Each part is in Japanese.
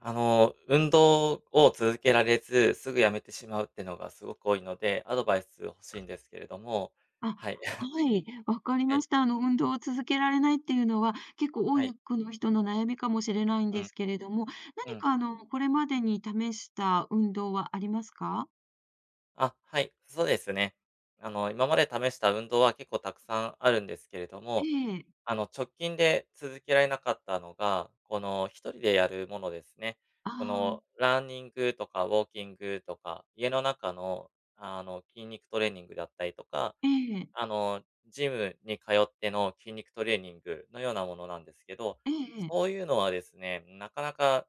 運動を続けられず、すぐやめてしまうってのがすごく多いので、アドバイス欲しいんですけれども、あ、ははい。い、わかりはまい。した。運動を続けられないっていうのは、結構はい。多くの人の悩みかもしれないんうですん。けれども、う何ん。かあの、これまでに試した運動はありますか？あ、はい、そうですね。今まで試した運動は結構たくさんあるんですけれどえも、え。直近で続けられなかったのが、この一人でやるものですね。あこあ、のランニングとかウォーキングとか、家の中の、筋肉トレーニングだったりとか、ええ、あの、ジムに通っての筋肉トレーニングのようなものなんですけど、ええええ。そういうのはですね、なかなか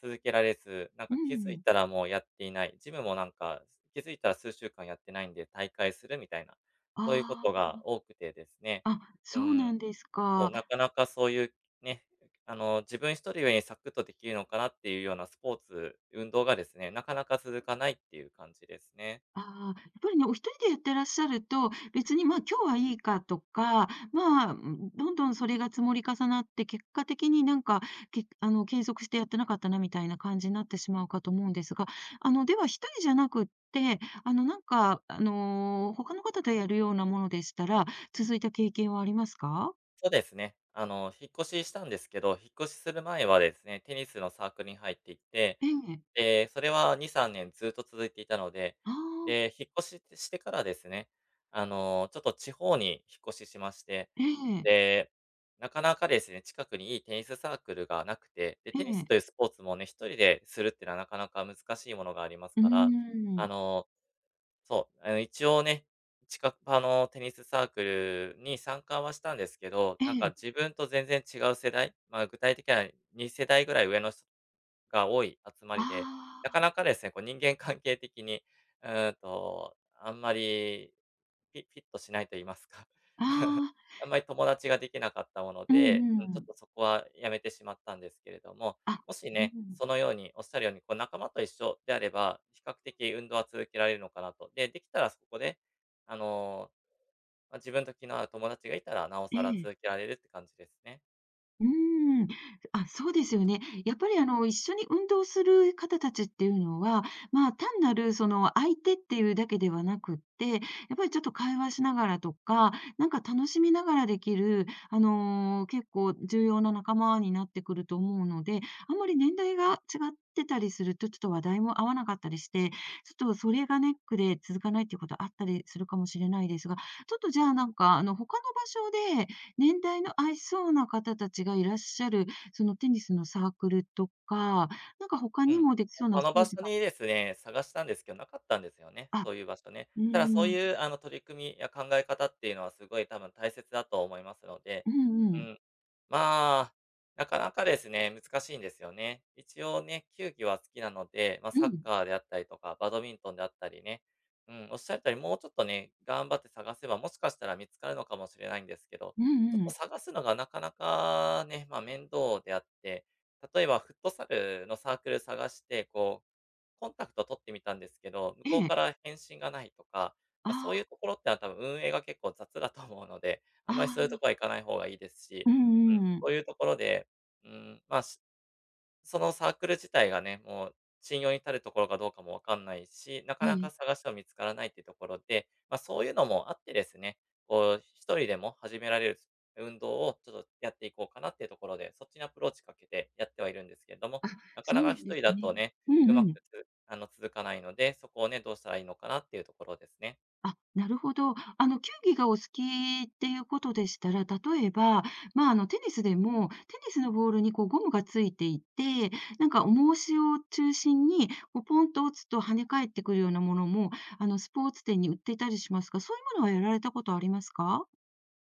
続けられず、なんうか気づいん。たらもうやっていない、ジムもなんか気づいたら数週間やってないんで退会するみたいな、そういうことあが多くてですね。あ、あ、うそうなん、んですそう、か。なかなかそういうね、自分一人でサクッとできるのかなっていうようなスポーツ、運動がですね、なかなか続かないっていう感じですね。ああ、やっぱりね、お一人でやってらっしゃると、別に、まあ、今日はいいかとか、まあ、うん、どんどんそれが積もり重なって、結果的になんか、けあの、継続してやってなかったなみたいな感じになってしまうかと思うんですが、では一人じゃなくって、他の方とやるようなものでしたら、続いた経験はありますか？そうですね。引っ越ししたんですけど、引っ越しする前はですね、テニスのサークルに入っていて、ええ。で、それは2、3年ずっと続いていたので、あで、あ、引っ越ししてからですね、ちょっと地方に引っ越ししまして、ええ、で、なかなかですね、近くにいいテニスサークルがなくて、で、えテニスえ。というスポーツもね、一人でするっていうのはなかなか難しいものがありますうーから、あん。の一応ね、テニスサークルに参加はしたんですけど、えなんかえ。自分と全然違う世代、まあ、具体的には2世代ぐらい上の人が多い集まりで、なあかなかですね、こう人間関係的に、あんまりフィットしないと言いますか。あ、あ あ、あんまり友達ができなかったものうんで、ううん、ちょっん。とそこはやめてしまったんですけれども、あ、もしうね、ん。そのようにおっしゃるように、こう仲間と一緒であれば、比較的運動は続けられるのかなと。で、できたらそこで、あの、自分と気の合う友達がいたら、なおえさらえ。続けられるって感じですね。うーん。あ、そうですよね。やっぱり、一緒に運動する方たちっていうのは、まあ、単なるその相手っていうだけではなくって、やっぱりちょっと会話しながらとか、なんか楽しみながらできる、結構重要な仲間になってくると思うので、あんまり年代が違ってたりすると、ちょっと話題も合わなかったりして、ちょっとそれがネックで続かないっていうことあったりするかもしれないですが、ちょっとじゃあなんか、他の場所で、年代の合いそうな方たちがいらっしゃる、そのテニスのサークルとか、なんか他うにん。もできそうな他スのポ場ーツ所がにですね、探したんですけど、なかったんですよね、あ、そういう場所ね。うーただそうん、いう取り組みや考え方っていうのはすごい多分大切だと思いますので、うんううん、ん。まあ、なかなかですね、難しいんですよね。一応ね、球技は好きなので、まあ、うサッん、カーであったりとか、バドミントンであったりね、うん、おっしゃる通り、もうちょっとね、頑張って探せば、もしかしたら見つかるのかもしれないんですけど、うちょんっうとん、探すのがなかなかね、まあ、面倒であって、例えばフットサルのサークル探して、こうコンタクト取ってみたんですけど、向えこうえ、から返信がないとか、まあ、そういうあところってのは多分運営が結構雑だと思うので、ああ、あんまりそういうとあ、ころは行かない方がいいですし、ううん、んうん、そういうところで、うん、ま、あそのサークル自体がね、もう信用に足るところかどうかもわかんないし、なかえなかえ、探しても見つからないっていうところで、まあ、そういうのもあってですね、こう一人でも始められる運動をちょっとやっていこうかなっていうところで、そっちにアプローチかけてやってはいるんですけれども、あ、なかそなうかな一んです人だね。とね、ううんまうん。くつ続かないので、そこをね、どうしたらいいのかなっていうところですね。あ、なるほど。球技がお好きっていうことでしたら、例えば、まあ、テニスでも、テニスのボールにこうゴムがついていて、なんか重押しを中心に、こうポンと打つと跳ね返ってくるようなものも、スポーツ店に売っていたりしますが、そういうものはやられたことありますか？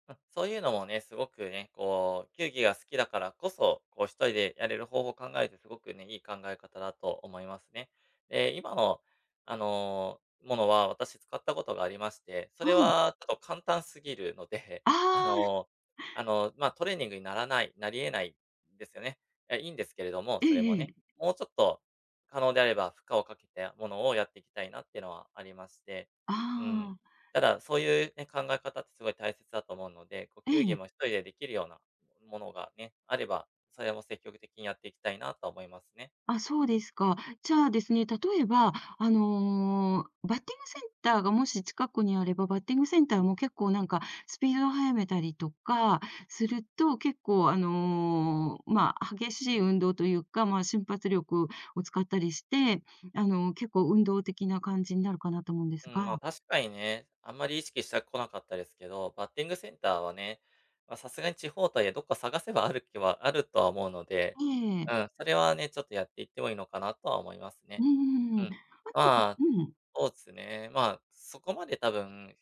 うん、そういうのもね、すごくね、こう、球技が好きだからこそ、こう一人でやれる方法を考えてすごくね、いい考え方だと思いますね。で、今の、ものは私使ったことがありまして、そはれい。はちょっと簡単すぎるので、あ ああ、の、まあ、トレーニングにならない、なり得ないんですよね。いいんですけれども、えそれもええね、え。もうちょっと可能であれば負荷をかけたものをやっていきたいなっていうのはありまして、あうん。あ、ただ、そういうね、考え方ってすごい大切だと思うので、こうえ球技え。も一人でできるようなものがね、あれば、それも積極的にやっていきたいなとは思いますね。あ、そうですか。じゃあですね、例えば、バッティングセンターがもし近くにあれば、バッティングセンターも結構なんかスピードを速めたりとかすると、結構、まあ、激しい運動というか、まあ、瞬発力を使ったりして、結構運動的な感じになるかなと思うんでうすん、が。まあ、確かにね、あんまり意識してこなかったですけど、バッティングセンターはね、ま、さすがに地方とはいえ、どっか探せばある気はあるとは思うので、ええ。うん、それはね、ちょっとやっていってもいいのかなとは思いますうね。んうんううん。ん。あとでまあ、うん。そうですね。まあ、そこまで多分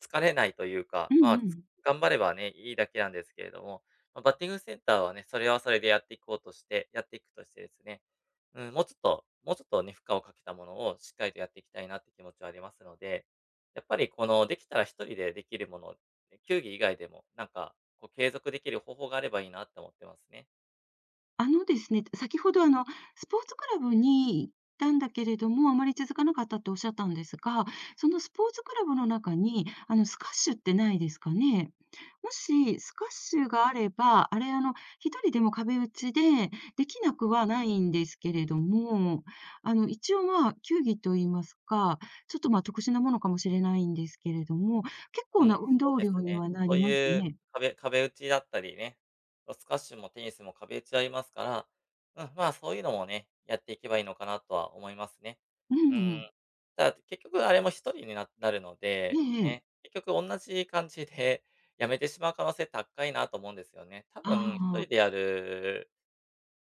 疲れないというか、うまんあ、うん。頑張ればね、いいだけなんですけれども、ま、バッティングセンターはね、それはそれでやっていこうとしてやっていくとしてですね、うん、もうちょっとね、負荷をかけたものをしっかりとやっていきたいなって気持ちはありますので、やっぱりこのできたら一人でできるもの、ね球技以外でも、なんかこう継続できる方法があればいいなって思ってますね。あのですね、先ほど、スポーツクラブに行ったんだけれども、あまり続かなかったっておっしゃったんですが、そのスポーツクラブの中に、スカッシュってないですかね？もしスカッシュがあれば、あれ、一人でも壁打ちでできなくはないんですけれども、一応、まあ、球技と言いますか、ちょっと、まあ、特殊なものかもしれないんですけれども、結う構なん、運そう動です量にね。はなそうりますいうね。壁打ちだったりね、まスカッシュもテニスも壁打ちありますから、うん、まあ、そういうのもね、やっていけばいいのかなとは思いますね。ううん。んただ結局あれも一人になるのえで、えね、え。結局同じ感じで やめてしまう可能性高いなと思うんですよね。多あ分一あ、人であやる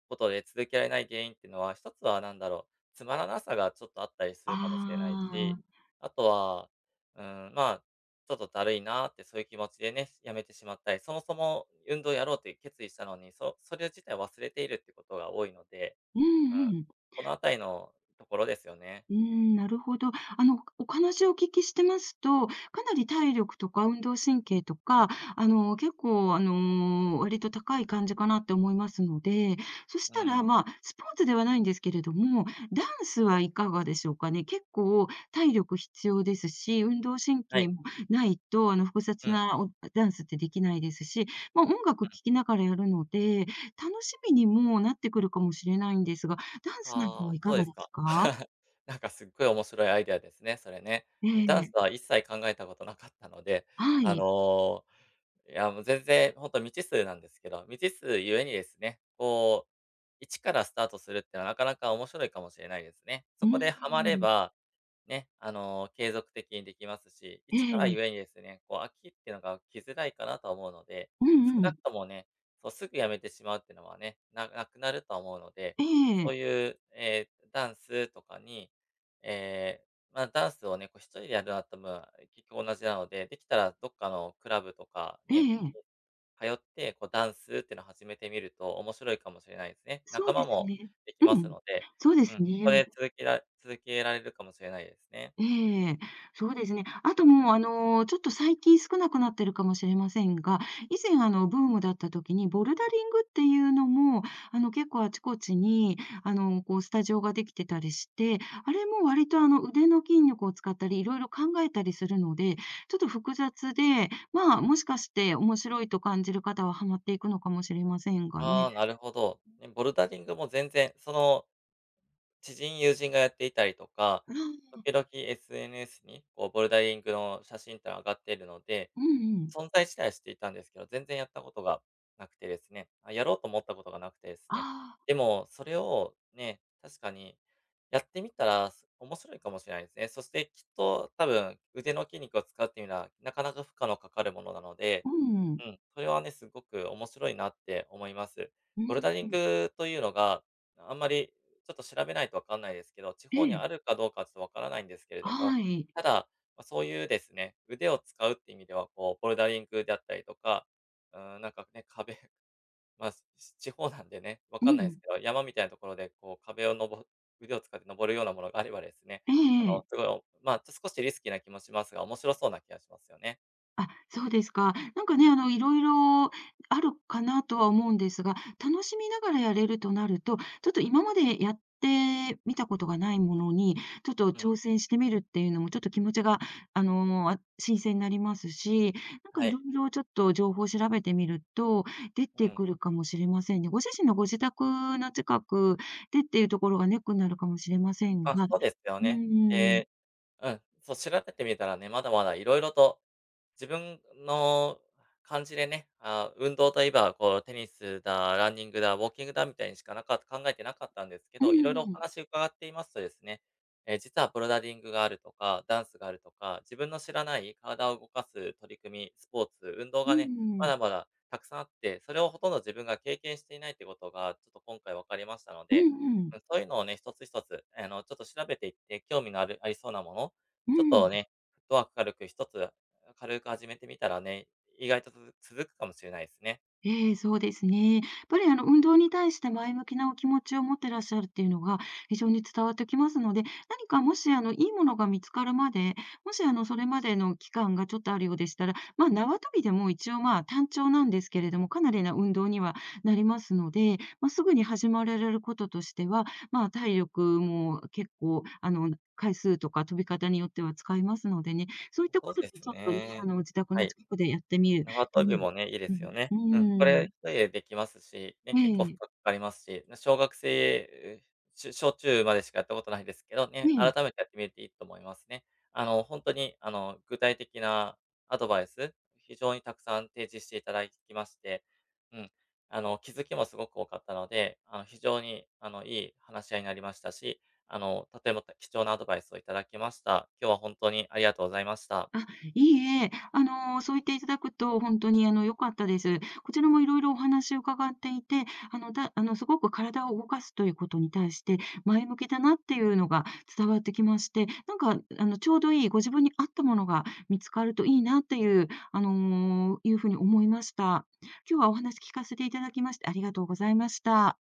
ことで続けられない原因っていうのは、一つは何だろう、つまらなさがちょっとあったりするかもしれないあ。し、あとは、うん、まあ、ちょっとだるいなーってそういう気持ちでね、やめてしまったり、そもそも運動やろうって決意したのに、それ自体忘れているってことが多いので、うんうん、うん。このあたりのところですよね。うーん、なるほど。お話をお聞きしてますと、かなり体力とか運動神経とか、あの、結構、あの、割と高い感じかなって思いますので、そしうたら、ん。まあ、スポーツではないんですけれども、ダンスはいかがでしょうかね。結構体力必要ですし、運動神は経い。もないと、複う雑んうん。なおダンスってできないですし、まあ、音楽聴きながらやるので、楽しみにもなってくるかもしれないんですが、ダンスなんかああ、はいかそうでがすですか。か？なんかすっごい面白いアイデアですね、それね。えダンスえ。は一切考えたことなかったので、はあい。のーいや、もう全然、ほんと未知数なんですけど、未知数ゆえにですね、こう、一からスタートするってのはなかなか面白いかもしれないですね。うそーこでハマれん。ば、ね、継続的にできますし、え一からゆえにえ。ですね、こう飽きってのが来づらいかなとは思うので、うん少うなん。くともね、そう、すぐやめてしまうってのはね、なくなるとは思うので、ええ。そういう、ダンスとかに、えまあ、ダンスをね、こう一人でやるのと結局同じなので、できたらどっかのクラブとかえね、えええ。通って、こうダンスっていうのを始めてみると面白いかもしれないですね。そ仲うで間すもね。できまうすん。ので、そうでうん、すこね。こで続けられるかもしれないですね。ええ、そうですね。あともう、ちょっと最近少なくなってるかもしれませんが、以前、ブームだった時に、ボルダリングっていうのも、結構あちこちに、スタジオができてたりして、あれも割と、腕の筋力を使ったり、いろいろ考えたりするので、ちょっと複雑で、まあ、もしかして面白いと感じる方はハマっていくのかもしれませんがあね。あ、なるほど。ね、ボルダリングも全然、その、知人、友人がやっていたりとか、あ時々 SNS にこうボルダリングの写真ってのが上がっているので、うんうん。存在自体は知っていたんですけど、全然やったことがなくてですね、あ、やろうと思ったことがなくてですね。ああ、でも、それをね、確かにやってみたら、面白いかもしれないですね。そしてきっと多分、腕の筋肉を使うっていうのは、なかなか負荷のかかるものなので、うんうん。うん、それはね、すごく面白いなって思います。うボルんダリンうん。グというのが、あんまりちょっと調べないとわかんないですけど、地え方にえ、あるかどうかはちょっとわからないんですけれども、はい。ただ、ま、そういうですね、腕を使うって意味では、こうボルダリングであったりとか、うん、なんかね、壁、まあ、地方なんでね、わうかんないでん。すけど、山みたいなところでこう壁を登腕を使って登るようなものがあればですね、えあええの、え。すごい、まあ、ちょっと少しリスキーな気もしますが、面白そうな気がしますよね。あ、そうですか。なんかね、いろいろあるかなとは思うんですが、楽しみながらやれるとなると、ちょっと今までやってみたことがないものに、ちょっとうん、挑戦してみるっていうのも、ちょっと気持ちが、新鮮になりますし、なんかはいい。ろいろちょっと情報を調べてみると、出うてん。くるかもしれませんね。ご自身のご自宅の近くでっていうところがネックになるかもしれませんあ、が、うそうですよね。えーうん、そう、調べてみたらね、まだまだ色々と、自分の感じでね、あ、運動といえば、こう、テニスだ、ランニングだ、ウォーキングだみたいにしか考えてなかったんですけんど、いろいろおうん。話伺っていますとですね、え、実はプロダリングがあるとか、ダンスがあるとか、自分の知らない体を動かす取り組み、スポーツ、運動うがね、んうまん。だまだたくさんあって、それをほとんど自分が経験していないってことが、ちょっと今回分かりましたのうで、んうん。うん、そういうのをね、一つ一つ、ちょっと調べていって、興味のありそうなもの、うちょっん、とね、フットワーク軽く始めてみたらね、意外と続くかもしれないですね。ええ、そうですね。やっぱりあの運動に対して前向きなお気持ちを持ってらっしゃるっていうのが非常に伝わってきますので、何かもしあのいいものが見つかるまで、もしあのそれまでの期間がちょっとあるようでしたら、まあ縄跳びでも一応まあ単調なんですけれども、かなりな運動にはなりますので、まあ、すぐに始まられることとしては、まあ体力も結構あの回数とか飛び方によっては使いますのでね、そういったこそうとでですちょっとね、あね。の自宅はのい。近くでやってみる縄い跳うのびももね、いいでうすよね。うん、ん、うこーれん。一人でできますし、ね、え結構負え、荷かかりますし、な小学生、しゅ小中までしかやったことないですけどえね、改え。めてやってみるといいと思いますね。ほんとに、具体的なアドバイス、非常にたくさん提示していただきまして、うん、気づきもすごく多かったので、非常に、いい話し合いになりましたし、とても貴重なアドバイスをいただきました。今日は本当にありがとうございました。あ、いいえ、そう言っていただくとほんとに、良かったです。こちらも色々お話を伺っていて、あの、だあの、すごく体を動かすということに対して、前向きだなっていうのが伝わってきまして、なんか、ちょうどいいご自分に合ったものが見つかるといいなっていう、いう風に思いました。今日はお話聞かせていただきましてありがとうございました。